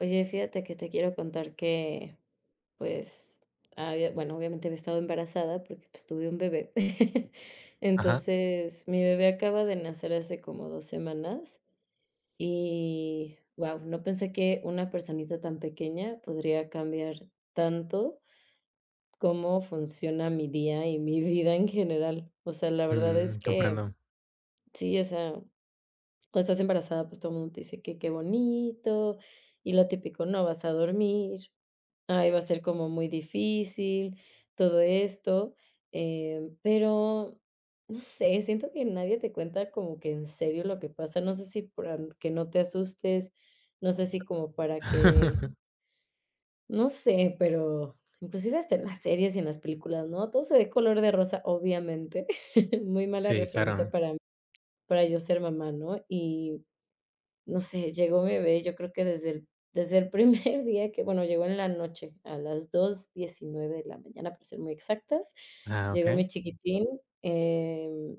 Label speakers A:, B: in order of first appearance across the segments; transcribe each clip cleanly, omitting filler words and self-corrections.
A: Oye, fíjate que te quiero contar que, pues, había bueno, obviamente había estado embarazada porque, pues, tuve un bebé.
B: Ajá,
A: Entonces, mi bebé acaba de nacer hace como 2 semanas y, guau, no pensé que una personita tan pequeña podría cambiar tanto cómo funciona mi día y mi vida en general. O sea, la verdad es
B: mm,
A: que
B: comprendo.
A: sí, o sea, cuando estás embarazada, pues, todo el mundo te dice que qué bonito y lo típico, no vas a dormir. Ay, va a ser como muy difícil todo esto, pero no sé, siento que nadie te cuenta como que en serio lo que pasa, no sé si para que no te asustes, no sé si como para que, no sé, pero inclusive hasta en las series y en las películas, ¿no? Todo se ve color de rosa, obviamente, muy mala
B: Sí,
A: referencia
B: claro.
A: para yo ser mamá, ¿no? Y no sé, llegó mi bebé, yo creo que desde el desde el primer día que, bueno, llegó en la noche, a las 2:19 de la mañana, para ser muy exactas,
B: Ah,
A: llegó
B: okey.
A: mi chiquitín, em,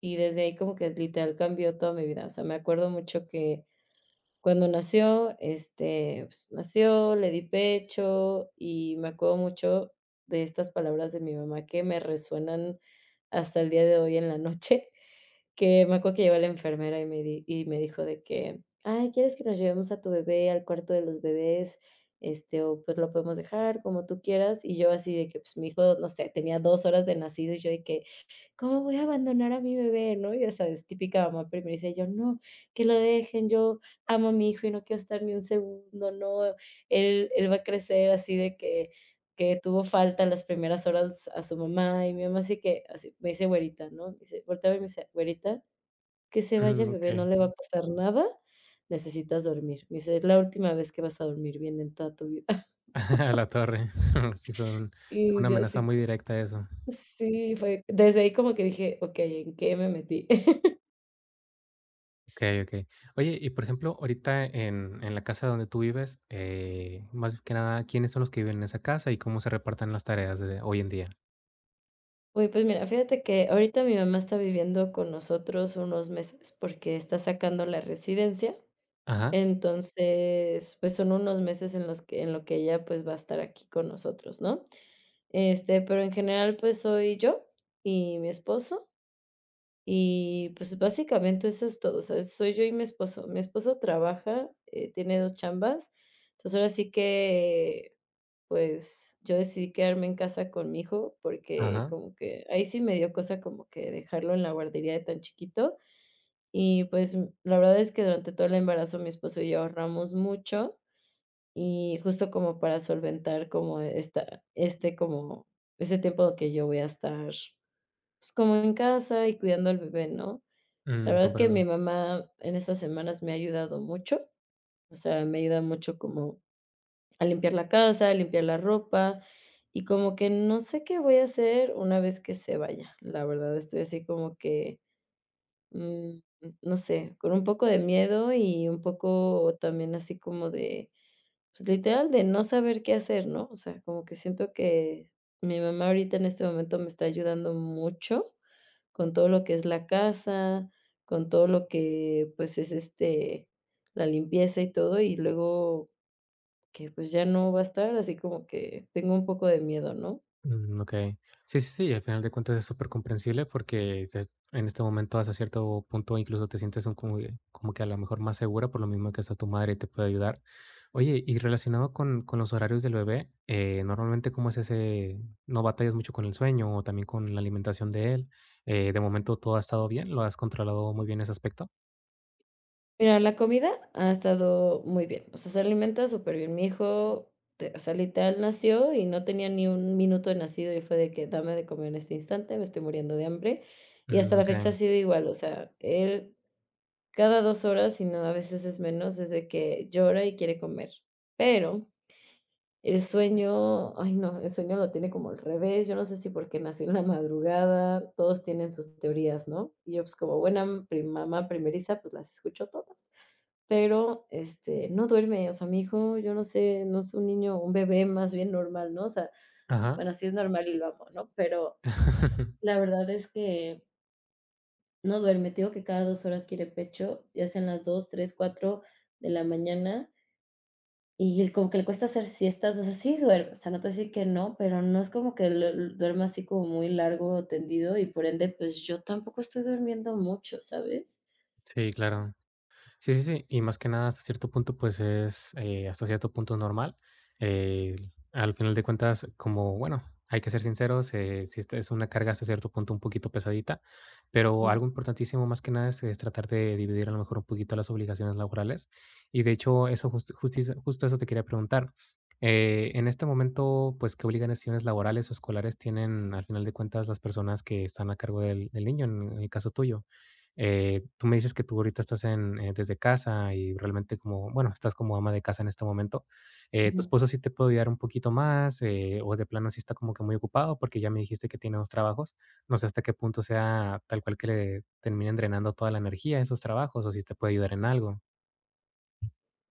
A: y desde ahí como que literal cambió toda mi vida. O sea, me acuerdo mucho que cuando nació, este, pues, nació, le di pecho y me acuerdo mucho de estas palabras de mi mamá que me resuenan hasta el día de hoy en la noche. Que me acuerdo que llegó la enfermera y me di y me dijo de que: "Ay, ¿quieres que nos llevemos a tu bebé al cuarto de los bebés? Este, o, pues, lo podemos dejar como tú quieras". Y yo así de que, pues, mi hijo, no sé, tenía 2 horas de nacido, y yo de que: "¿Cómo voy a abandonar a mi bebé?", ¿no? Y esa es típica mamá primeriza, y yo: "No, que lo dejen, yo amo a mi hijo y no quiero estar ni un segundo, no, él va a crecer así de que tuvo falta las primeras horas a su mamá", y mi mamá así que así me dice güerita, ¿no? Me dice voltea a verme y me dice: "Güerita. Que se
B: Ujú,
A: vaya el bebé, no
B: okey.
A: le va a pasar nada, necesitas dormir". Me dice: "Es la última vez que vas a dormir bien en toda tu vida".
B: A la torre. Sí, fue un fue
A: Y
B: una
A: yo
B: amenaza
A: así
B: muy
A: co
B: directa eso.
A: sí, fue desde ahí como que dije: "Okey, ¿en qué me metí?".
B: Okey, okey. Oye, y por ejemplo, ahorita en la casa donde tú vives, más que nada, ¿quiénes son los que viven en esa casa y cómo se reparten las tareas de hoy en día?
A: Uy, pues mira, fíjate que ahorita mi mamá está viviendo con nosotros unos meses porque está sacando la residencia.
B: Ajá,
A: Entonces, pues son unos meses en los que en lo que ella, pues, va a estar aquí con nosotros, ¿no? Este, pero en general, pues soy yo y mi esposo. Y pues básicamente eso es todo, o sea, soy yo y mi esposo. Mi esposo trabaja, tiene 2 chambas, entonces ahora sí que, pues, yo decidí quedarme en casa con mi hijo porque
B: ajá.
A: como que ahí sí me dio cosa como que dejarlo en la guardería de tan chiquito y, pues, la verdad es que durante todo el embarazo mi esposo y yo ahorramos mucho y justo como para solventar como esta este como ese tiempo que yo voy a estar, pues, como en casa y cuidando al bebé, ¿no? La
B: Mm,
A: verdad es que mi
B: comprendo.
A: mamá en estas semanas me ha ayudado mucho, o sea, me ayuda mucho como a limpiar la casa, a limpiar la ropa, y como que no sé qué voy a hacer una vez que se vaya. La verdad, estoy así como que mm, no sé, con un poco de miedo y un poco también así como de, pues, literal de no saber qué hacer, ¿no? O sea, como que siento que mi mamá ahorita en este momento me está ayudando mucho con todo lo que es la casa, con todo lo que, pues, es, este, la limpieza y todo, y luego que, pues, ya no va a estar, así como que tengo un poco de miedo, ¿no?
B: Mm, okey. Sí, sí, sí, al final de cuentas es súper comprensible porque te en este momento, hasta cierto punto, incluso te sientes un como que a lo mejor más segura, por lo mismo que hasta tu madre te puede ayudar. Oye, y relacionado con los horarios del bebé, normalmente, ¿cómo es ese? ¿No batallas mucho con el sueño o también con la alimentación de él? De momento, ¿todo ha estado bien? ¿Lo has controlado muy bien ese aspecto?
A: Mira, la comida ha estado muy bien, o sea, se alimenta súper bien. Mi hijo, te o sea, literal nació y no tenía ni un minuto de nacido, y fue de que: "Dame de comer en este instante, me estoy muriendo de hambre". Y hasta
B: Mm,
A: la fecha ha
B: okey.
A: sido igual, o sea, él cada 2 horas, si no, a veces es menos, es de que llora y quiere comer. Pero el sueño, ay no, el sueño lo tiene como al revés, yo no sé si porque nació en la madrugada, todos tienen sus teorías, ¿no? Y yo, pues, como buena pri mamá primeriza, pues, las escucho todas, pero, este, no duerme, o sea, mi hijo, yo no sé, no es un niño, un bebé más bien normal, ¿no? O sea,
B: Ajá.
A: bueno, sí es normal y lo amo, ¿no? Pero la verdad es que no duerme, te digo que cada 2 horas quiere pecho, ya sean las 2 3 4 de la mañana, y él como que le cuesta hacer siestas, o sea, sí duerme, o sea, no te voy a decir que no, pero no es como que lo duerma así como muy largo, tendido, y por ende, pues, yo tampoco estoy durmiendo mucho, ¿sabes?
B: Sí, claro. Sí, sí, sí. Y más que nada, hasta cierto punto, pues es hasta cierto punto normal. Eh, Al final de cuentas, como bueno, hay que ser sinceros, sí esta es una carga hasta cierto punto un poquito pesadita, pero
A: Mm.
B: algo importantísimo más que nada es, es tratar de dividir a lo mejor un poquito las obligaciones laborales. Y de hecho, eso justo eso te quería preguntar. En este momento, pues, ¿qué obligaciones laborales o escolares tienen al final de cuentas las personas que están a cargo del, del niño, en el caso tuyo? Tú me dices que tú ahorita estás en, desde casa y realmente como, bueno, estás como ama de casa en este momento. ¿Tu
A: Ujú.
B: esposo sí te puede ayudar un poquito más? O de plano sí está como que muy ocupado porque ya me dijiste que tiene dos trabajos. No sé hasta qué punto sea tal cual que le terminen drenando toda la energía a esos trabajos o si te puede ayudar en algo.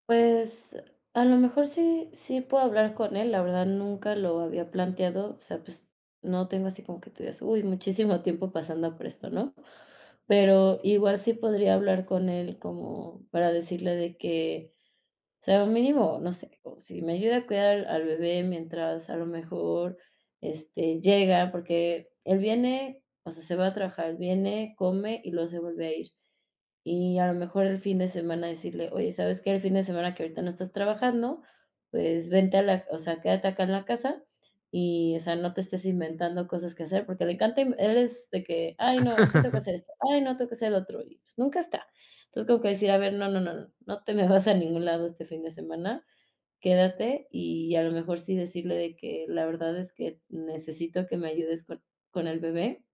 A: Pues, a lo mejor sí puedo hablar con él, la verdad nunca lo había planteado, o sea, pues, no tengo así como que tú digas: "Uy, muchísimo tiempo pasando por esto", ¿no? Pero igual sí podría hablar con él como para decirle de que. O sea, o mínimo, no sé, o si me ayuda a cuidar al bebé mientras a lo mejor, este, llega, porque él viene, o sea, se va a trabajar, viene, come y luego se vuelve a ir. Y a lo mejor el fin de semana decirle: "Oye, ¿sabes qué? El fin de semana que ahorita no estás trabajando, pues vente a la o sea, quédate acá en la casa y, o sea, no te estés inventando cosas que hacer", porque le encanta, in él es de que: "Ay, no, es que tengo que hacer esto, ay, no, tengo que hacer lo otro", y pues nunca está. Entonces, como que decir, a ver, no, no, no, no, no te me vas a ningún lado este fin de semana, quédate y a lo mejor sí decirle de que la verdad es que necesito que me ayudes con el bebé.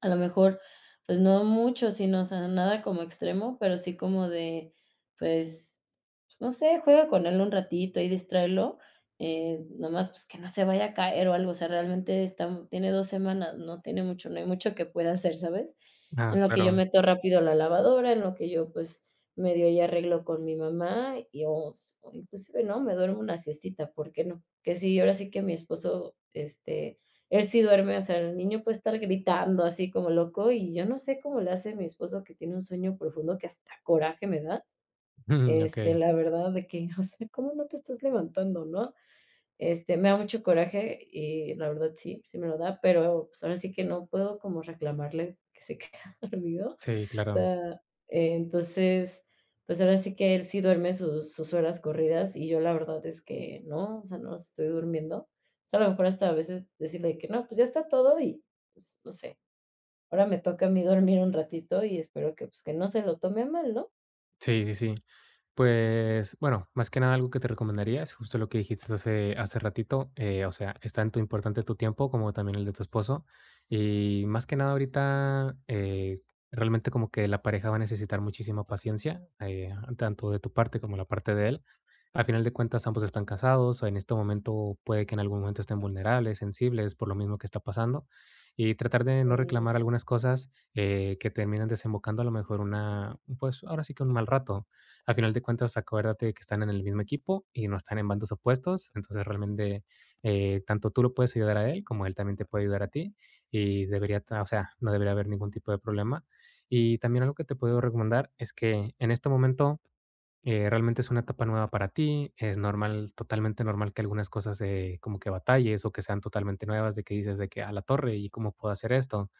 A: A lo mejor, pues, no mucho, sino, o sea, nada como extremo, pero sí como de, pues, pues, no sé, juega con él un ratito y distráelo, nomás, pues, que no se vaya a caer o algo, o sea, realmente está tiene 2 semanas, no tiene mucho, no hay mucho que pueda hacer, ¿sabes?
B: Ah,
A: En lo que yo
B: claro.
A: meto rápido la lavadora, en lo que yo, pues, medio arreglo con mi mamá y o inclusive, ¿no?, me duermo una siestita, ¿por qué no? Que sí, ahora sí que mi esposo, este, él sí duerme, o sea, el niño puede estar gritando así como loco, y yo no sé cómo le hace mi esposo, que tiene un sueño profundo que hasta coraje me da,
B: Ujú,
A: este, la verdad de que, o sea, ¿cómo no te estás levantando, no? Este, me da mucho coraje y la verdad sí, sí me lo da, pero, pues, ahora sí que no puedo como reclamarle que se quede dormido. O
B: sí, claro.
A: sea, entonces, pues, ahora sí que él sí duerme sus horas corridas y yo la verdad es que no, o sea, no estoy durmiendo. O sea, a lo mejor hasta a veces decirle que no, pues, ya está todo y, pues, no sé, ahora me toca a mí dormir un ratito y espero que, pues, que no se lo tome mal, ¿no?
B: Sí, sí, sí. Pues, bueno, más que nada algo que te recomendaría es justo lo que dijiste hace, hace ratito, o sea, es tanto importante tu tiempo como también el de tu esposo. Y más que nada ahorita, realmente como que la pareja va a necesitar muchísima paciencia, tanto de tu parte como la parte de él. Al final de cuentas, ambos están casados, o en este momento puede que en algún momento estén vulnerables, sensibles, por lo mismo que está pasando. Y tratar de no
A: Eh,
B: reclamar algunas cosas que terminan desembocando a lo mejor una, pues ahora sí que un mal rato a final de cuentas, acuérdate que están en el mismo equipo y no están en bandos opuestos. Entonces, realmente, tanto tú lo puedes ayudar a él como él también te puede ayudar a ti. Y o sea, no debería haber ningún tipo de problema. Y también algo que te puedo recomendar es que en este momento realmente es una etapa nueva para ti. Es normal, totalmente normal que algunas cosas como que batalles o que sean totalmente nuevas, de que dices de que a la torre y cómo puedo hacer esto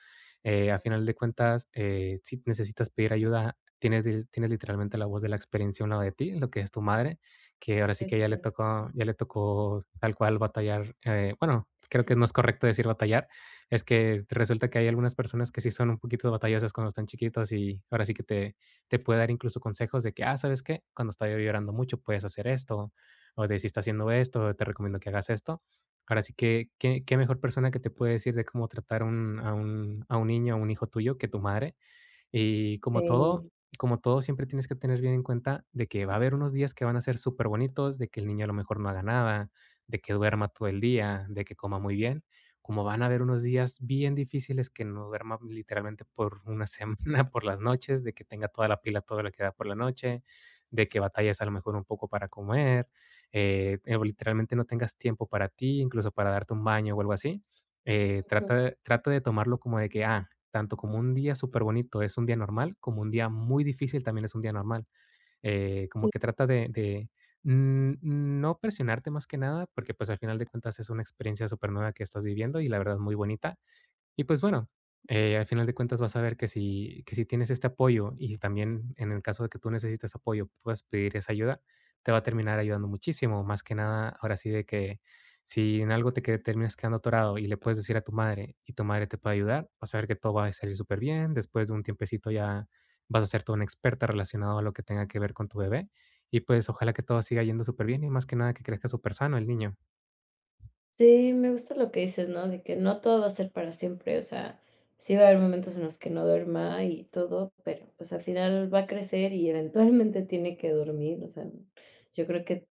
B: a final de cuentas, si necesitas pedir ayuda, tienes literalmente la voz de la experiencia a un lado de ti, lo que es tu madre, que ahora sí que
A: este,
B: ya le tocó tal cual batallar. Bueno, creo que no es correcto decir batallar, es que resulta que hay algunas personas que sí son un poquito batallosas cuando están chiquitos y ahora sí que te puede dar incluso consejos de que, ah, ¿sabes qué? Cuando está llorando mucho puedes hacer esto, o de si está haciendo esto, te recomiendo que hagas esto. Ahora sí que, ¿qué mejor persona que te puede decir de cómo tratar un a un a un niño, a un hijo tuyo que tu madre? Y
A: sí.
B: como todo, siempre tienes que tener bien en cuenta de que va a haber unos días que van a ser superbonitos, de que el niño a lo mejor no haga nada, de que duerma todo el día, de que coma muy bien, como van a haber unos días bien difíciles que no duerma literalmente por una semana, por las noches, de que tenga toda la pila, todo lo que da por la noche, de que batallas a lo mejor un poco para comer, literalmente no tengas tiempo para ti, incluso para darte un baño o algo así. Trata, trata de tomarlo como de que, ah, tanto como un día súper bonito es un día normal, como un día muy difícil también es un día normal. Como que trata de, mm, no presionarte más que nada, porque pues al final de cuentas es una experiencia súper nueva que estás viviendo y la verdad muy bonita. Y pues bueno, al final de cuentas vas a ver que si tienes este apoyo y también en el caso de que tú necesites apoyo, puedas pedir esa ayuda, te va a terminar ayudando muchísimo. Más que nada, ahora sí de que si en algo terminas quedando atorado y le puedes decir a tu madre y tu madre te puede ayudar, vas a ver que todo va a salir súper bien. Después de un tiempecito ya vas a ser toda una experta relacionado a lo que tenga que ver con tu bebé. Y pues ojalá que todo siga yendo súper bien y más que nada que crezca súper sano el niño.
A: Sí, me gusta lo que dices, ¿no? De que no todo va a ser para siempre, o sea, sí va a haber momentos en los que no duerma y todo, pero pues al final va a crecer y eventualmente tiene que dormir, o sea, yo creo que,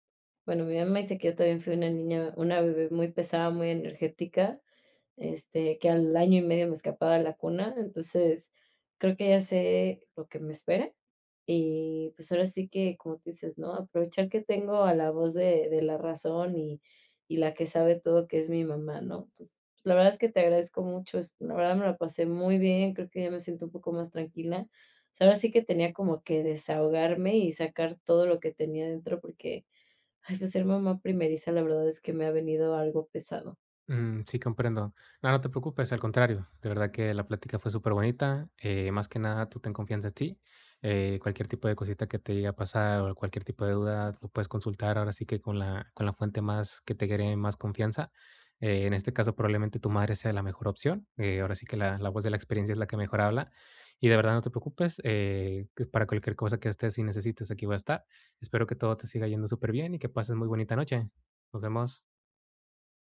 A: bueno, mi mamá dice que yo también fui una niña, una bebé muy pesada, muy energética, este, que al año y medio me escapaba de la cuna. Entonces, creo que ya sé lo que me espera. Y pues ahora sí que, como tú dices, ¿no? Aprovechar que tengo a la voz de, la razón y la que sabe todo, que es mi mamá, ¿no? Entonces, la verdad es que te agradezco mucho. La verdad me la pasé muy bien. Creo que ya me siento un poco más tranquila. O sea, ahora sí que tenía como que desahogarme y sacar todo lo que tenía dentro porque, ay, pues ser mamá primeriza, la verdad es que me ha venido algo pesado.
B: Mm, sí, comprendo. No, no te preocupes, al contrario. De verdad que la plática fue súper bonita. Más que nada, tú ten confianza en ti. Cualquier tipo de cosita que te llegue a pasar o cualquier tipo de duda, lo puedes consultar ahora sí que con la fuente más que te genere más confianza. En este caso, probablemente tu madre sea la mejor opción. Ahora sí que la voz de la experiencia es la que mejor habla. Y de verdad, no te preocupes. Que para cualquier cosa que estés y necesites, aquí voy a estar. Espero que todo te siga yendo súper bien y que pases muy bonita noche. Nos vemos.